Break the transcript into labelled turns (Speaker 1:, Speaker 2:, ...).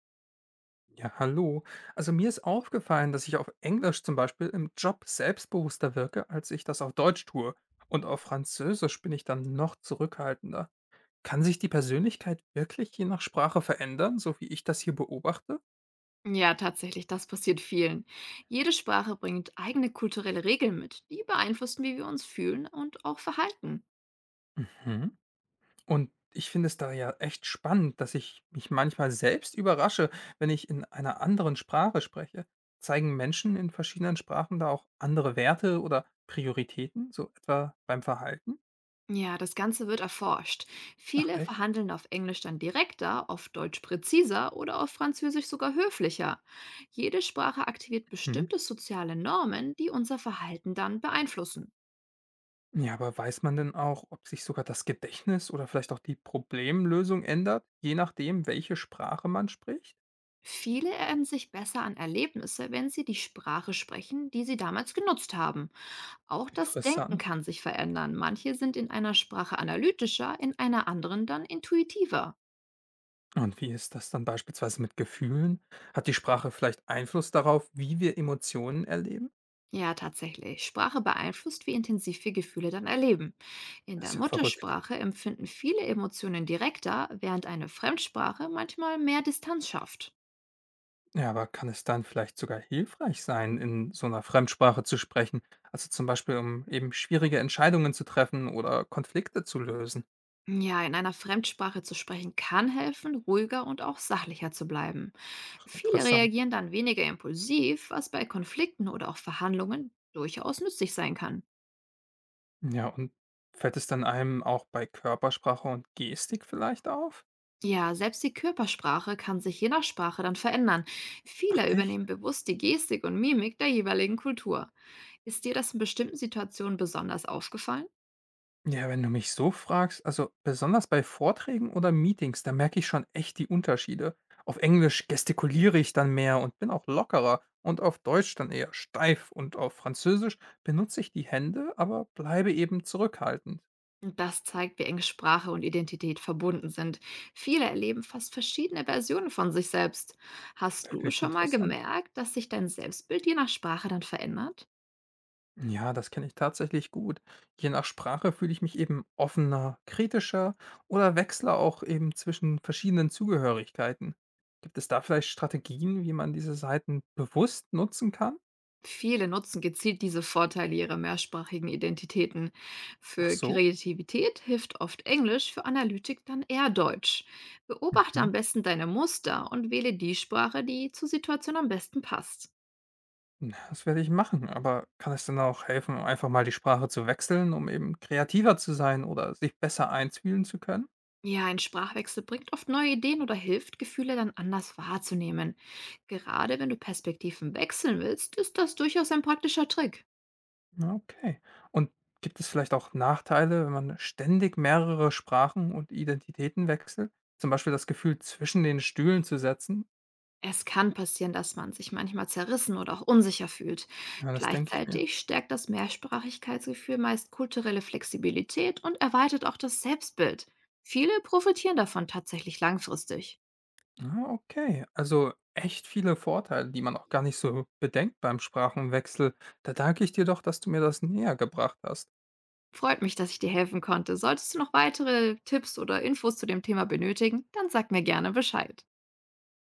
Speaker 1: Ja, hallo. Also mir ist aufgefallen, dass ich auf Englisch zum Beispiel im Job selbstbewusster wirke, als ich das auf Deutsch tue. Und auf Französisch bin ich dann noch zurückhaltender. Kann sich die Persönlichkeit wirklich je nach Sprache verändern, so wie ich das hier beobachte?
Speaker 2: Ja, tatsächlich, das passiert vielen. Jede Sprache bringt eigene kulturelle Regeln mit, die beeinflussen, wie wir uns fühlen und auch verhalten.
Speaker 1: Mhm. Und ich finde es da ja echt spannend, dass ich mich manchmal selbst überrasche, wenn ich in einer anderen Sprache spreche. Zeigen Menschen in verschiedenen Sprachen da auch andere Werte oder Prioritäten, so etwa beim Verhalten?
Speaker 2: Ja, das Ganze wird erforscht.
Speaker 1: Ach
Speaker 2: Viele
Speaker 1: echt?
Speaker 2: verhandeln auf Englisch dann direkter, auf Deutsch präziser oder auf Französisch sogar höflicher. Jede Sprache aktiviert
Speaker 1: Mhm.
Speaker 2: bestimmte soziale Normen, die unser Verhalten dann beeinflussen.
Speaker 1: Ja, aber weiß man denn auch, ob sich sogar das Gedächtnis oder vielleicht auch die Problemlösung ändert, je nachdem, welche Sprache man spricht?
Speaker 2: Viele erinnern sich besser an Erlebnisse, wenn sie die Sprache sprechen, die sie damals genutzt haben. Auch das Denken
Speaker 1: Interessant.
Speaker 2: kann sich verändern. Manche sind in einer Sprache analytischer, in einer anderen dann intuitiver.
Speaker 1: Und wie ist das dann beispielsweise mit Gefühlen? Hat die Sprache vielleicht Einfluss darauf, wie wir Emotionen erleben?
Speaker 2: Ja, tatsächlich. Sprache beeinflusst, wie intensiv wir Gefühle dann erleben. In
Speaker 1: Das
Speaker 2: der
Speaker 1: ist ja verrückt.
Speaker 2: Muttersprache empfinden viele Emotionen direkter, während eine Fremdsprache manchmal mehr Distanz schafft.
Speaker 1: Ja, aber kann es dann vielleicht sogar hilfreich sein, in so einer Fremdsprache zu sprechen? Also zum Beispiel, um eben schwierige Entscheidungen zu treffen oder Konflikte zu lösen.
Speaker 2: Ja, in einer Fremdsprache zu sprechen kann helfen, ruhiger und auch sachlicher zu bleiben.
Speaker 1: Ach,
Speaker 2: Viele
Speaker 1: interessant.
Speaker 2: reagieren dann weniger impulsiv, was bei Konflikten oder auch Verhandlungen durchaus nützlich sein kann.
Speaker 1: Ja, und fällt es dann einem auch bei Körpersprache und Gestik vielleicht auf?
Speaker 2: Ja, selbst die Körpersprache kann sich je nach Sprache dann verändern.
Speaker 1: Ach
Speaker 2: Viele
Speaker 1: echt?
Speaker 2: übernehmen bewusst die Gestik und Mimik der jeweiligen Kultur. Ist dir das in bestimmten Situationen besonders aufgefallen?
Speaker 1: Ja, wenn du mich so fragst, also besonders bei Vorträgen oder Meetings, da merke ich schon echt die Unterschiede. Auf Englisch gestikuliere ich dann mehr und bin auch lockerer und auf Deutsch dann eher steif und auf Französisch benutze ich die Hände, aber bleibe eben zurückhaltend.
Speaker 2: Und das zeigt, wie eng Sprache und Identität verbunden sind. Viele erleben fast verschiedene Versionen von sich selbst. Hast du
Speaker 1: Wirklich
Speaker 2: schon mal
Speaker 1: interessant.
Speaker 2: gemerkt, dass sich dein Selbstbild je nach Sprache dann verändert?
Speaker 1: Ja, das kenne ich tatsächlich gut. Je nach Sprache fühle ich mich eben offener, kritischer oder wechsle auch eben zwischen verschiedenen Zugehörigkeiten. Gibt es da vielleicht Strategien, wie man diese Seiten bewusst nutzen kann?
Speaker 2: Viele nutzen gezielt diese Vorteile ihrer mehrsprachigen Identitäten.
Speaker 1: Ach
Speaker 2: Für
Speaker 1: so.
Speaker 2: Kreativität hilft oft Englisch, für Analytik dann eher Deutsch. Beobachte am
Speaker 1: Mhm.
Speaker 2: besten deine Muster und wähle die Sprache, die zur Situation am besten passt.
Speaker 1: Na, das werde ich machen, aber kann es denn auch helfen, um einfach mal die Sprache zu wechseln, um eben kreativer zu sein oder sich besser einfühlen zu können?
Speaker 2: Ja, ein Sprachwechsel bringt oft neue Ideen oder hilft, Gefühle dann anders wahrzunehmen. Gerade wenn du Perspektiven wechseln willst, ist das durchaus ein praktischer Trick.
Speaker 1: Okay. Und gibt es vielleicht auch Nachteile, wenn man ständig mehrere Sprachen und Identitäten wechselt? Zum Beispiel das Gefühl, zwischen den Stühlen zu setzen?
Speaker 2: Es kann passieren, dass man sich manchmal zerrissen oder auch unsicher fühlt.
Speaker 1: Ja, das denke ich mir.
Speaker 2: Gleichzeitig stärkt das Mehrsprachigkeitsgefühl meist kulturelle Flexibilität und erweitert auch das Selbstbild. Viele profitieren davon tatsächlich langfristig.
Speaker 1: Ah, okay. Also echt viele Vorteile, die man auch gar nicht so bedenkt beim Sprachenwechsel. Da danke ich dir doch, dass du mir das näher gebracht hast.
Speaker 2: Freut mich, dass ich dir helfen konnte. Solltest du noch weitere Tipps oder Infos zu dem Thema benötigen, dann sag mir gerne Bescheid.